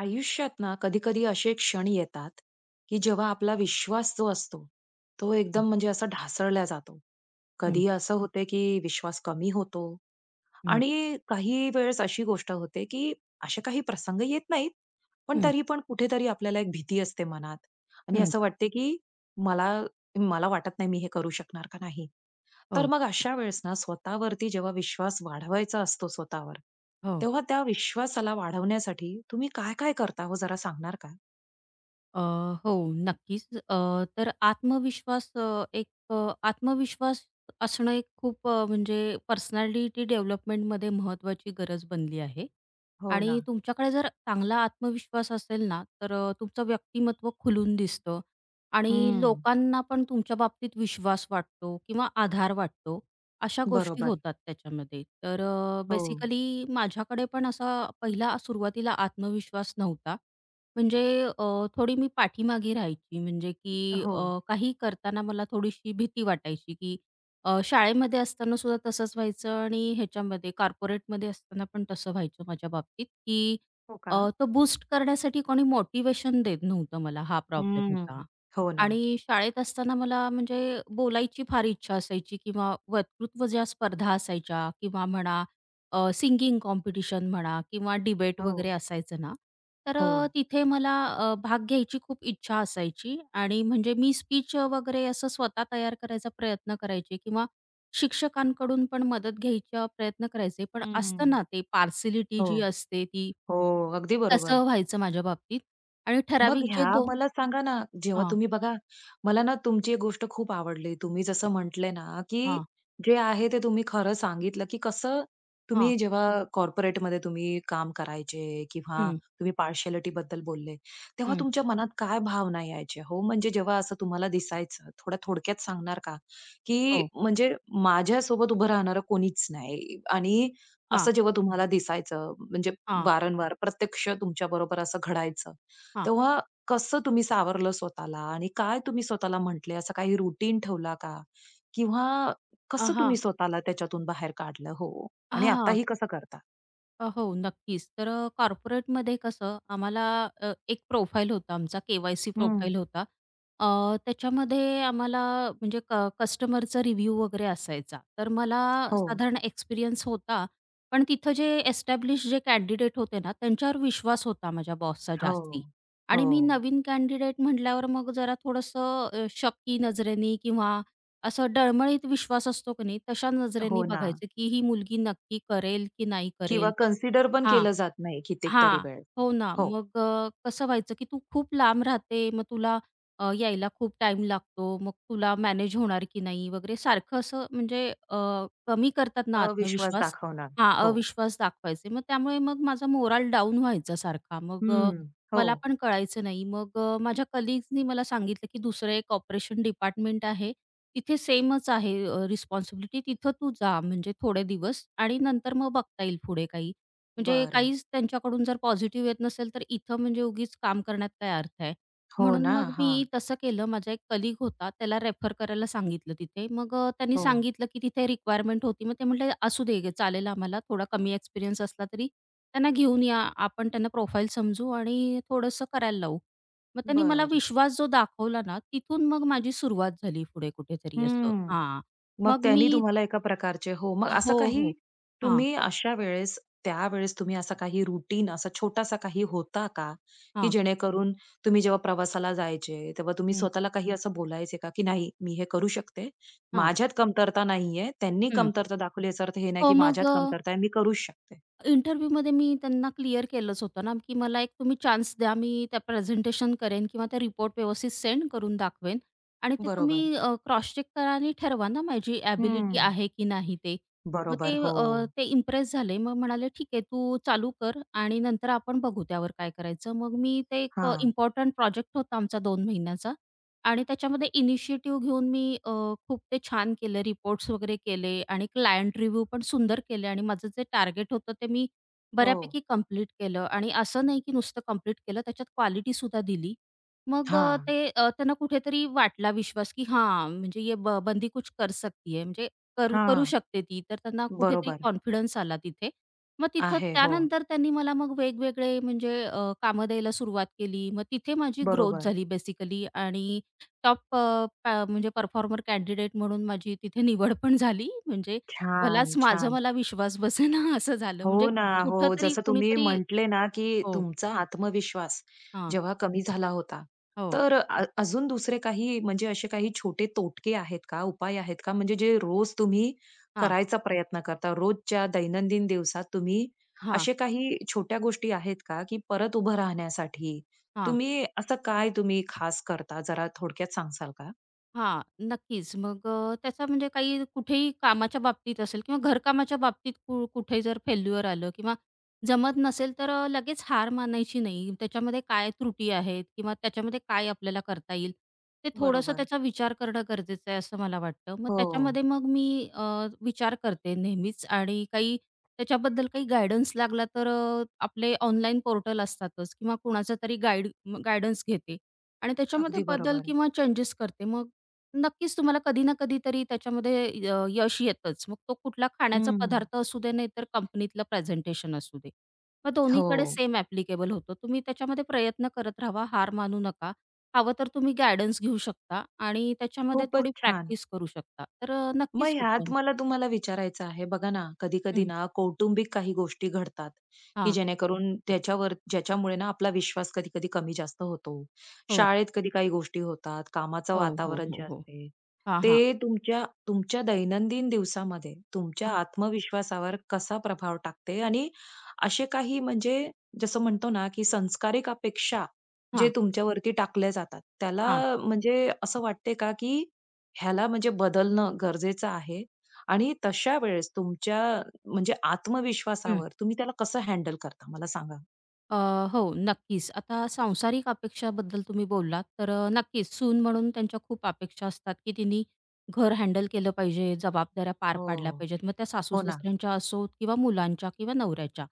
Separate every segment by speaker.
Speaker 1: आयुष्यात ना कधी-कधी असे क्षण येतात, की जेव्हा आपला विश्वास जो असतो, तो
Speaker 2: हं,
Speaker 1: एकदम म्हणजे असा ढासळला जातो.
Speaker 2: हं,
Speaker 1: कधी असं होते, की विश्वास कमी होतो,
Speaker 2: हं,
Speaker 1: आणि काही वेळेस अशी गोष्ट होते, की असे काही प्रसंग येत नाहीत, पण
Speaker 2: हं,
Speaker 1: तरी पण कुठेतरी आपल्याला एक भीती असते मनात आणि
Speaker 2: हं.
Speaker 1: असं वाटते, की मला मला वाटत नाही मी हे करू शकणार का नाही? तर
Speaker 2: हो,
Speaker 1: मग अशा वेळेस ना स्वतःवरती जेव्हा विश्वास वाढवायचा असतो स्वतःवर,
Speaker 2: हो.
Speaker 1: तेव्हा त्या विश्वासाला वाढवण्यासाठी तुम्ही काय-काय करता हो जरा सांगणार का?
Speaker 2: अ, हो, नक्कीच. तर आत्मविश्वास एक आत्मविश्वास असणं एक खूप म्हणजे पर्सनॅलिटी डेव्हलपमेंटमध्ये महत्त्वाची गरज बनली आहे.
Speaker 1: हो
Speaker 2: आणि
Speaker 1: ना.
Speaker 2: तुमच्याकडे जर चांगला आत्मविश्वास असेल ना, तर तुमचं व्यक्तिमत्त्व खुलून दिसतं आणि
Speaker 1: हं.
Speaker 2: लोकांना पण तुमच्या बाबतीत विश्वास वाटतो किंवा आधार वाटतो. अशा गोष्टी
Speaker 1: बरोबर.
Speaker 2: होतात त्याच्यामध्ये. तर
Speaker 1: हो.
Speaker 2: बेसिकली माझ्याकडे पण असा पहिला सुरुवातीला आत्मविश्वास नव्हता. म्हणजे अ, थोडी मी पाठीमागे राहायची. म्हणजे की
Speaker 1: हो.
Speaker 2: काही करताना मला थोडीशी भीती वाटायची, की शाळेमध्ये असताना सुद्धा तसंच व्हायचं आणि ह्याच्यामध्ये कॉर्पोरेटमध्ये असताना पण तसं व्हायचं माझ्या बाबतीत, की
Speaker 1: हो का?
Speaker 2: तो बूस्ट करण्यासाठी कोणी मोटिव्हेशन देत नव्हतं मला. हा प्रॉब्लेम
Speaker 1: हं.
Speaker 2: होता.
Speaker 1: हो ना.
Speaker 2: आणि शाळेत असताना मला म्हणजे बोलायची फार इच्छा असायची किंवा वक्तृत्व ज्या स्पर्धा असायच्या किंवा म्हणा सिंगिंग कॉम्पिटिशन म्हणा किंवा डिबेट वगैरे
Speaker 1: हो.
Speaker 2: असायचं ना, तर
Speaker 1: हो.
Speaker 2: तिथे मला भाग घ्यायची खूप इच्छा असायची आणि म्हणजे मी स्पीच वगैरे असं स्वतः तयार करायचा प्रयत्न करायचे किंवा शिक्षकांकडून पण मदत घ्यायचा प्रयत्न करायचे. पण असतं
Speaker 1: हं.
Speaker 2: ना ते पार्सॅलिटी
Speaker 1: हो.
Speaker 2: जी असते ती,
Speaker 1: हो, अगदी बरोबर.
Speaker 2: तसं व्हायचं माझ्या बाबतीत आणि
Speaker 1: मग
Speaker 2: ठराविक जे
Speaker 1: ह्या
Speaker 2: 2
Speaker 1: मला सांगा ना, जेव्हा
Speaker 2: हां,
Speaker 1: तुम्ही बघा, मला ना तुमची एक गोष्ट खूप आवडली. तुम्ही जसं म्हटले ना, की
Speaker 2: हां,
Speaker 1: जे आहे ते तुम्ही खरं सांगितलं, की कसं
Speaker 2: हां.
Speaker 1: तुम्ही जेव्हा कॉर्पोरेटमध्ये तुम्ही काम करायचे किंवा
Speaker 2: हं,
Speaker 1: तुम्ही पार्शियलिटीबद्दल बोलले, तेव्हा
Speaker 2: हं.
Speaker 1: तुमच्या मनात काय भावना यायच्या हो? म्हणजे जेव्हा असं तुम्हाला दिसायचं, थोडं थोडक्यात सांगणार का? की
Speaker 2: हो.
Speaker 1: म्हणजे माझ्यासोबत उभं राहणारं कोणीच नाही आणि
Speaker 2: हां,
Speaker 1: असं जेव्हा तुम्हाला दिसायचं, म्हणजे
Speaker 2: हां,
Speaker 1: वारंवार प्रत्यक्ष तुमच्याबरोबर असं घडायचं,
Speaker 2: हां.
Speaker 1: तेव्हा कसं तुम्ही सावरलं स्वतःला आणि काय तुम्ही स्वतःला म्हटले? असं काही रुटीन ठेवला का? किंवा कसं
Speaker 2: हां,
Speaker 1: तुम्ही स्वतःला त्याच्यातून बाहेर काढलं? हो. आणि
Speaker 2: हां.
Speaker 1: आताही कसं करता?
Speaker 2: हो, नक्कीच. तर कॉर्पोरेटमध्ये कसं आम्हाला एक प्रोफाईल होता आमचा, के-वाय-सी
Speaker 1: हं.
Speaker 2: प्रोफाईल होता. त्याच्यामध्ये आम्हाला म्हणजे कस्टमरचा रिव्ह्यू वगैरे असायचा. तर मला
Speaker 1: हो,
Speaker 2: साधारण एक्सपिरियन्स होता. पण तिथं जे एस्टॅब्लिश जे कॅन्डिडेट होते ना, त्यांच्यावर विश्वास होता माझ्या बॉसचा
Speaker 1: हो,
Speaker 2: जास्ती.
Speaker 1: हो.
Speaker 2: आणि मी नवीन कॅन्डिडेट म्हटल्यावर मग जरा थोडंसं शक की नजरेने किंवा असा डळमळीत विश्वास असतो की नाही, तशा नजरेने
Speaker 1: हो ना.
Speaker 2: बघायचं, की ही मुलगी नक्की करेल की नाही
Speaker 1: किंवा
Speaker 2: करेल?
Speaker 1: कन्सिडर पण
Speaker 2: हां,
Speaker 1: केलं जात नाही कितीतरी
Speaker 2: हां.
Speaker 1: वेळ.
Speaker 2: हो ना.
Speaker 1: हो.
Speaker 2: मग कसं व्हायचं, की तू खूप लांब राहते, मग तुला यायला खूप टाईम लागतो. मग तुला मॅनेज होणार की नाही वगैरे सारखं असं म्हणजे कमी करतात ना
Speaker 1: अविश्वास
Speaker 2: आत्मविश्वास
Speaker 1: दाखवणार.
Speaker 2: हां,
Speaker 1: हो.
Speaker 2: अविश्वास दाखवायचे. मग त्यामुळे मग माझा मोराल डाऊन व्हायचा सारखा. मग
Speaker 1: हं. हो.
Speaker 2: मला पण कळायचं नाही. मग माझ्या कलीग्सनी मला सांगितलं, की दुसरं एक ऑपरेशन डिपार्टमेंट आहे. तिथे सेमच आहे रिस्पॉन्सिबिलिटी. तिथं तू जा म्हणजे थोडे दिवस आणि नंतर मग बघता येईल पुढे काही. म्हणजे
Speaker 1: बरं.
Speaker 2: काहीच त्यांच्याकडून जर पॉझिटिव्ह येत नसेल, तर इथं म्हणजे उगीच काम करण्यात काय अर्थ आहे?
Speaker 1: हो
Speaker 2: म्हणून
Speaker 1: ना.
Speaker 2: मग
Speaker 1: हां.
Speaker 2: मी तसं केलं. माझा एक कलीग होता, त्याला रेफर करायला सांगितलं तिथे. मग त्यांनी
Speaker 1: हो.
Speaker 2: सांगितलं, की तिथे रिक्वायरमेंट होती. मग ते म्हटले, "असू दे ग, चालेल आम्हाला. थोडा कमी एक्सपिरियन्स असला तरी त्यांना घेऊन या. आपण त्यांना प्रोफाईल समजू आणि थोडंसं करायला लावू." मग त्यांनी मला
Speaker 1: बरं.
Speaker 2: विश्वास जो दाखवला ना, तिथून मग माझी सुरुवात झाली पुढे कुठेतरी असं.
Speaker 1: हं.
Speaker 2: हां.
Speaker 1: मग
Speaker 2: मग
Speaker 1: त्यांनी
Speaker 2: मी
Speaker 1: तुम्हाला एका प्रकारचे हो, मग असं
Speaker 2: हो,
Speaker 1: काही
Speaker 2: हो. हां,
Speaker 1: तुम्ही अशा वेळेस, त्यावेळेस तुम्ही असा काही रूटीन असा छोटासा काही होता का? की
Speaker 2: हां.
Speaker 1: जेणेकरून तुम्ही जेव्हा प्रवासाला जायचे, तेव्हा तुम्ही
Speaker 2: हं.
Speaker 1: स्वतःला काही असं बोलायचे का, की "नाही, मी हे करू शकते.
Speaker 2: हां.
Speaker 1: माझ्यात कमतरता नाहीये. त्यांनी
Speaker 2: हं.
Speaker 1: कमतरता दाखवली याचा अर्थ हे नाही,
Speaker 2: हो,
Speaker 1: की
Speaker 2: मग
Speaker 1: माझ्यात कमतरता आहे. मी करूच शकते."
Speaker 2: इंटरव्ह्यूमध्ये मी त्यांना क्लिअर केलंच होतं ना, की मला एक तुम्ही चान्स द्या. मी त्या प्रेझेंटेशन करेन किंवा त्या रिपोर्ट व्यवस्थित सेंड करून दाखवेन आणि ते
Speaker 1: बरोबर.
Speaker 2: तुम्ही क्रॉस चेक करा आणि ठरवा ना माझी एबिलिटी
Speaker 1: हं.
Speaker 2: आहे की नाही ते. मग
Speaker 1: बरोबर.
Speaker 2: ते
Speaker 1: हो.
Speaker 2: अ, ते इम्प्रेस झाले. मग म्हणाले, "ठीक आहे, तू चालू कर आणि नंतर आपण बघू त्यावर काय करायचं." मग मी ते एक
Speaker 1: हां.
Speaker 2: प्रोजेक्ट होता आमचा 2 महिन्याचा. आणि त्याच्यामध्ये इनिशिएटिव्ह घेऊन मी खूप ते छान केलं. रिपोर्ट्स वगैरे केले आणि क्लायंट रिव्ह्यू पण सुंदर केले आणि माझं जे टार्गेट होतं ते मी
Speaker 1: हो.
Speaker 2: बऱ्यापैकी कंप्लीट केलं आणि असं नाही की नुसतं कंप्लीट केलं, त्याच्यात क्वालिटी सुद्धा दिली. मग
Speaker 1: हां.
Speaker 2: त्यांना कुठेतरी वाटला विश्वास, की हां, म्हणजे ये बंदी कुछ कर सकती है, म्हणजे करू करू
Speaker 1: हां.
Speaker 2: शकते ती. तर त्यांना कुठेतरी
Speaker 1: बरोबर.
Speaker 2: कॉन्फिडन्स आला तिथे. मग तिथं
Speaker 1: आहे. हो.
Speaker 2: त्यानंतर त्यांनी मला मग वेगवेगळे म्हणजे कामं द्यायला सुरुवात केली. मग तिथे माझी ग्रोथ
Speaker 1: बरोबर.
Speaker 2: झाली बेसिकली आणि टॉप अ, पॅ म्हणजे परफॉर्मर कॅन्डिडेट म्हणून माझी तिथे निवड पण झाली. म्हणजे
Speaker 1: छान,
Speaker 2: मलाच माझा
Speaker 1: छान.
Speaker 2: मला विश्वास बसेना असं झालं. म्हणजे
Speaker 1: हो ना. हो.
Speaker 2: कुठेतरी
Speaker 1: जसं तुम्ही
Speaker 2: कुणीतरी
Speaker 1: म्हटले ना, की
Speaker 2: हो.
Speaker 1: तुमचा आत्मविश्वास
Speaker 2: हां.
Speaker 1: जेव्हा कमी झाला होता,
Speaker 2: हो.
Speaker 1: तर अजून दुसरे काही म्हणजे असे काही छोटे तोटके आहेत का, उपाय आहेत का? म्हणजे जे रोज तुम्ही
Speaker 2: हां.
Speaker 1: करायचा प्रयत्न करता, रोजच्या दैनंदिन दिवसात तुम्ही
Speaker 2: हां.
Speaker 1: असे काही छोट्या गोष्टी आहेत का, की परत उभं राहण्यासाठी
Speaker 2: हां.
Speaker 1: तुम्ही असं काय तुम्ही खास करता? जरा थोडक्यात सांगाल का?
Speaker 2: हां, नक्कीच. मग त्याचा म्हणजे काही कुठेही कामाच्या बाबतीत असेल किंवा घरकामाच्या बाबतीत कुठे जर फेल्युअर आलं किंवा जमत नसेल तर लगेच हार मानायची नाही. त्याच्यामध्ये काय त्रुटी आहेत किंवा त्याच्यामध्ये काय आपल्याला करता येईल, ते थोडंसं
Speaker 1: बरोबर.
Speaker 2: त्याचा विचार करणं गरजेचं आहे, असं मला वाटतं. मग
Speaker 1: हो.
Speaker 2: त्याच्यामध्ये मग मी अ, विचार करते नेहमीच आणि काही त्याच्याबद्दल काही गाईडन्स लागला तर आपले ऑनलाईन पोर्टल असतातच किंवा कुणाचा तरी गाईडन्स घेते आणि त्याच्यामध्ये
Speaker 1: अगदी
Speaker 2: बदल
Speaker 1: बरोबर.
Speaker 2: किंवा चेंजेस करते. मग नक्कीच तुम्हाला कधी ना कधीतरी त्याच्यामध्ये यश येतंच. मग तो कुठला खाण्याचा
Speaker 1: हं.
Speaker 2: पदार्थ असू दे, नाहीतर कंपनीतलं प्रेझेंटेशन असू दे. मग दोन्हीकडे
Speaker 1: हो.
Speaker 2: सेम ॲप्लिकेबल होतं. तुम्ही त्याच्यामध्ये प्रयत्न करत राहावा, हार मानू नका. हवं तर तुम्ही गाईडन्स घेऊ शकता आणि त्याच्यामध्ये थोडी
Speaker 1: खूपच छान.
Speaker 2: प्रॅक्टिस करू शकता. तर
Speaker 1: मग
Speaker 2: नक्कीच
Speaker 1: ह्यात
Speaker 2: होतं.
Speaker 1: मला तुम्हाला विचारायचं आहे, बघा ना, कधी-कधी
Speaker 2: हं.
Speaker 1: ना कौटुंबिक काही गोष्टी घडतात, की
Speaker 2: हां.
Speaker 1: जेणेकरून त्याच्यावर ज्याच्यामुळे ना आपला विश्वास कधी-कधी कमी जास्त होतो.
Speaker 2: हो.
Speaker 1: शाळेत कधी काही गोष्टी होतात, कामाचं
Speaker 2: हो, हो,
Speaker 1: वातावरण
Speaker 2: हो,
Speaker 1: जे
Speaker 2: हो.
Speaker 1: असते,
Speaker 2: हां, हां.
Speaker 1: ते तुमच्या तुमच्या दैनंदिन दिवसामध्ये तुमच्या
Speaker 2: हां,
Speaker 1: आत्मविश्वासावर कसा प्रभाव टाकते? आणि असे काही म्हणजे जसं म्हणतो ना, की संस्कारिक अपेक्षा जे
Speaker 2: हां,
Speaker 1: तुमच्यावरती टाकल्या जातात, त्याला
Speaker 2: हां.
Speaker 1: म्हणजे असं वाटते का, की ह्याला म्हणजे बदलणं गरजेचं आहे? आणि तशा वेळेस तुमच्या म्हणजे आत्मविश्वासावर तुम्ही त्याला कसं हँडल करता मला सांगा?
Speaker 2: अ, हो, नक्कीच. आता सांसारिक अपेक्षाबद्दल तुम्ही बोललात, तर नक्कीच सून म्हणून त्यांच्या खूप अपेक्षा असतात, की तिने घर हँडल केलं पाहिजे, जबाबदाऱ्या पार
Speaker 1: हो.
Speaker 2: पाडल्या पाहिजेत. मग त्या
Speaker 1: हो ना.
Speaker 2: सासू-सासऱ्यांच्या असोत किंवा मुलांच्या किंवा नवऱ्याच्या.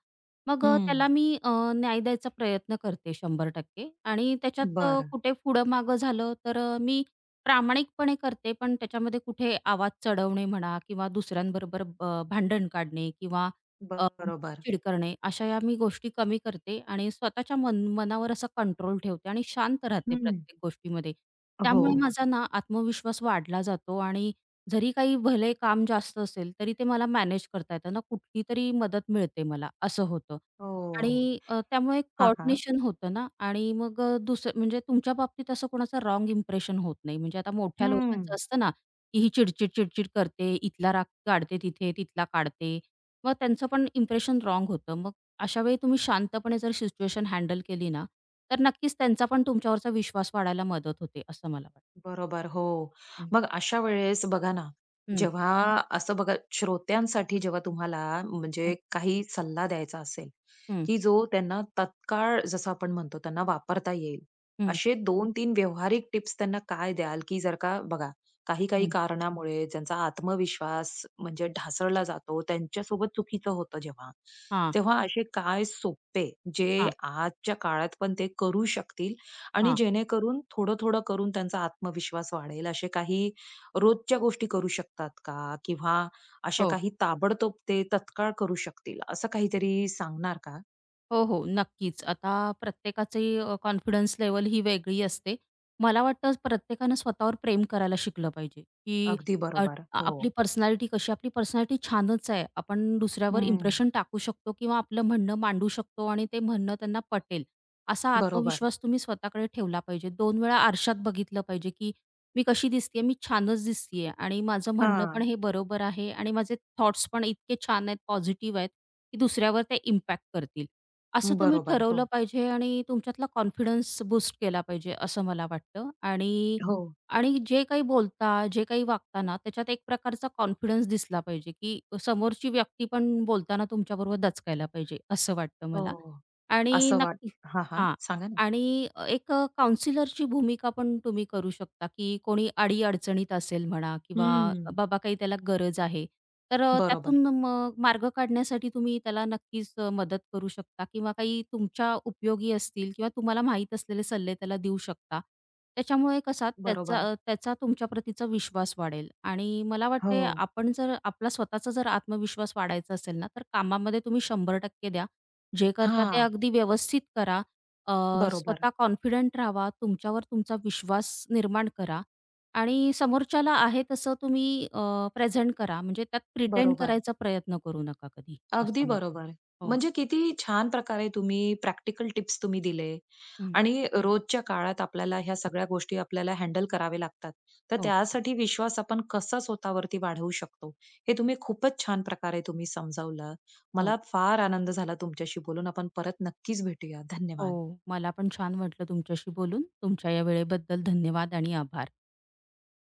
Speaker 2: मग
Speaker 1: हं.
Speaker 2: त्याला मी न्याय द्यायचा प्रयत्न करते 100% आणि त्याच्यात
Speaker 1: बरं.
Speaker 2: कुठे पुढं-मागं झालं, तर मी प्रामाणिकपणे करते, पण त्याच्यामध्ये कुठे आवाज चढवणे म्हणा किंवा दुसऱ्यांबरोबर भांडण काढणे किंवा अ,
Speaker 1: बरोबर.
Speaker 2: चिड करणे अशा या मी गोष्टी कमी करते आणि स्वतःच्या मनावर असा कंट्रोल ठेवते आणि शांत राहते
Speaker 1: हं.
Speaker 2: प्रत्येक गोष्टीमध्ये.
Speaker 1: हो.
Speaker 2: त्यामुळे बरं. माझा ना आत्मविश्वास वाढला जातो आणि जरी काही भले काम जास्त असेल, तरी ते मला मॅनेज करता येतं ना, कुठली तरी मदत मिळते मला असं होतं. आणि
Speaker 1: हो.
Speaker 2: त्यामुळे
Speaker 1: हां, हां.
Speaker 2: कोऑर्डिनेशन होतं ना आणि मग दुसरं म्हणजे तुमच्या बाबतीत असं कोणाचं रॉन्ग इम्प्रेशन होत नाही. म्हणजे आता मोठ्या
Speaker 1: हं,
Speaker 2: लोकांचं असतं ना, की ही चिडचिड, चिडचिड करते, इथला राग काढते तिथे, तिथला काढते मग त्यांचं पण इम्प्रेशन राँग होतं. मग अशा वेळी तुम्ही शांतपणे जर सिच्युएशन हँडल केली ना, तर नक्कीच त्यांचा पण तुमच्यावरचा विश्वास वाढायला मदत होते असं मला वाटतं.
Speaker 1: बरोबर. हो.
Speaker 2: हं,
Speaker 1: मग अशा वेळेस बघा ना,
Speaker 2: हं,
Speaker 1: जेव्हा असं बघा श्रोत्यांसाठी जेव्हा तुम्हाला
Speaker 2: हं,
Speaker 1: म्हणजे काही सल्ला द्यायचा असेल,
Speaker 2: हं,
Speaker 1: की जो त्यांना तत्काळ जसं आपण म्हणतो त्यांना वापरता येईल,
Speaker 2: हं,
Speaker 1: असे 2 तीन व्यावहारिक टिप्स त्यांना काय द्याल, की जर का बघा काही-काही
Speaker 2: हं.
Speaker 1: कारणामुळे ज्यांचा आत्मविश्वास म्हणजे ढासळला जातो, त्यांच्यासोबत चुकीचं होतं जेव्हा.
Speaker 2: हां,
Speaker 1: तेव्हा असे काय सोपे जे
Speaker 2: हां,
Speaker 1: आजच्या काळात पण ते करू शकतील आणि
Speaker 2: हां.
Speaker 1: जेणेकरून थोडं-थोडं करून त्यांचा आत्मविश्वास वाढेल. असे काही रोजच्या गोष्टी करू शकतात का? किंवा अशा
Speaker 2: हो.
Speaker 1: काही ताबडतोब ते तत्काळ करू शकतील, असं काहीतरी सांगणार का?
Speaker 2: हो, हो. नक्कीच. आता प्रत्येकाची कॉन्फिडन्स लेव्हल ही वेगळी असते. मला वाटतं प्रत्येकानं स्वतःवर प्रेम करायला शिकलं पाहिजे, की
Speaker 1: अगदी
Speaker 2: अ,
Speaker 1: बरोबर. हो.
Speaker 2: आपली पर्सनॅलिटी कशी आपली पर्सनॅलिटी छानच आहे. आपण दुसऱ्यावर
Speaker 1: हं.
Speaker 2: इम्प्रेशन टाकू शकतो किंवा आपलं म्हणणं मांडू शकतो आणि ते म्हणणं त्यांना पटेल. असा
Speaker 1: बरोबर.
Speaker 2: आत्मविश्वास तुम्ही स्वतःकडे ठेवला पाहिजे. 2 वेळा आरशात बघितलं पाहिजे, की मी कशी दिसतीये? मी छानच दिसतीये आणि माझं म्हणणं पण
Speaker 1: हां.
Speaker 2: हे बरोबर आहे आणि माझे थॉट्स पण इतके छान आहेत, पॉझिटिव्ह आहेत, की दुसऱ्यावर ते इम्पॅक्ट करतील. असं तुम्ही
Speaker 1: बरोबर.
Speaker 2: ठरवलं
Speaker 1: हो.
Speaker 2: पाहिजे आणि तुमच्यातला कॉन्फिडन्स बूस्ट केला पाहिजे, असं मला वाटतं. आणि
Speaker 1: हो.
Speaker 2: आणि जे काही बोलता, जे काही वागता ना, त्याच्यात एक प्रकारचा कॉन्फिडन्स दिसला पाहिजे, की समोरची व्यक्ती पण बोलताना तुमच्याबरोबर दचकायला पाहिजे, असं वाटतं
Speaker 1: हो.
Speaker 2: मला. आणि
Speaker 1: असं वाट
Speaker 2: नक्की
Speaker 1: हां, हां.
Speaker 2: हां.
Speaker 1: सांगा ना.
Speaker 2: आणि एक काउन्सिलरची भूमिका पण तुम्ही करू शकता, की कोणी अडी-अडचणीत असेल म्हणा किंवा
Speaker 1: हं.
Speaker 2: बाबा काही त्याला गरज आहे. तर
Speaker 1: बरोबर.
Speaker 2: त्यातून मग मार्ग काढण्यासाठी तुम्ही त्याला नक्कीच मदत करू शकता किंवा काही तुमच्या उपयोगी असतील किंवा तुम्हाला माहीत असलेले सल्ले त्याला देऊ शकता. त्याच्यामुळे कसा
Speaker 1: बरोबर.
Speaker 2: त्याचा तुमच्या प्रतीचा विश्वास वाढेल आणि मला वाटतंय
Speaker 1: हो.
Speaker 2: आपण जर आपला स्वतःचा जर आत्मविश्वास वाढायचा असेल ना, तर कामामध्ये तुम्ही 100% द्या. जे करता ते
Speaker 1: हां.
Speaker 2: अगदी व्यवस्थित करा
Speaker 1: बरोबर.
Speaker 2: स्वतः कॉन्फिडंट राहावा, तुमच्यावर तुमचा विश्वास निर्माण करा आणि समोरच्याला आहे तसं तुम्ही प्रेझेंट करा. म्हणजे त्यात प्रिटेंड
Speaker 1: बरोबर.
Speaker 2: करायचा प्रयत्न करू नका कधी,
Speaker 1: अगदी
Speaker 2: असं मला
Speaker 1: बरोबर.
Speaker 2: हो.
Speaker 1: म्हणजे किती छान प्रकारे तुम्ही प्रॅक्टिकल टिप्स तुम्ही दिले
Speaker 2: हं.
Speaker 1: आणि रोजच्या काळात आपल्याला ह्या सगळ्या गोष्टी आपल्याला हँडल करावे लागतात. तर
Speaker 2: हो,
Speaker 1: त्यासाठी विश्वास आपण कसा स्वतःवरती वाढवू शकतो, हे तुम्ही खूपच छान प्रकारे तुम्ही समजावलं.
Speaker 2: हो,
Speaker 1: मला फार आनंद झाला तुमच्याशी बोलून. आपण परत नक्कीच भेटूया. धन्यवाद.
Speaker 2: हो. मला पण छान वाटलं तुमच्याशी बोलून. तुमच्या या वेळेबद्दल धन्यवाद आणि आभार.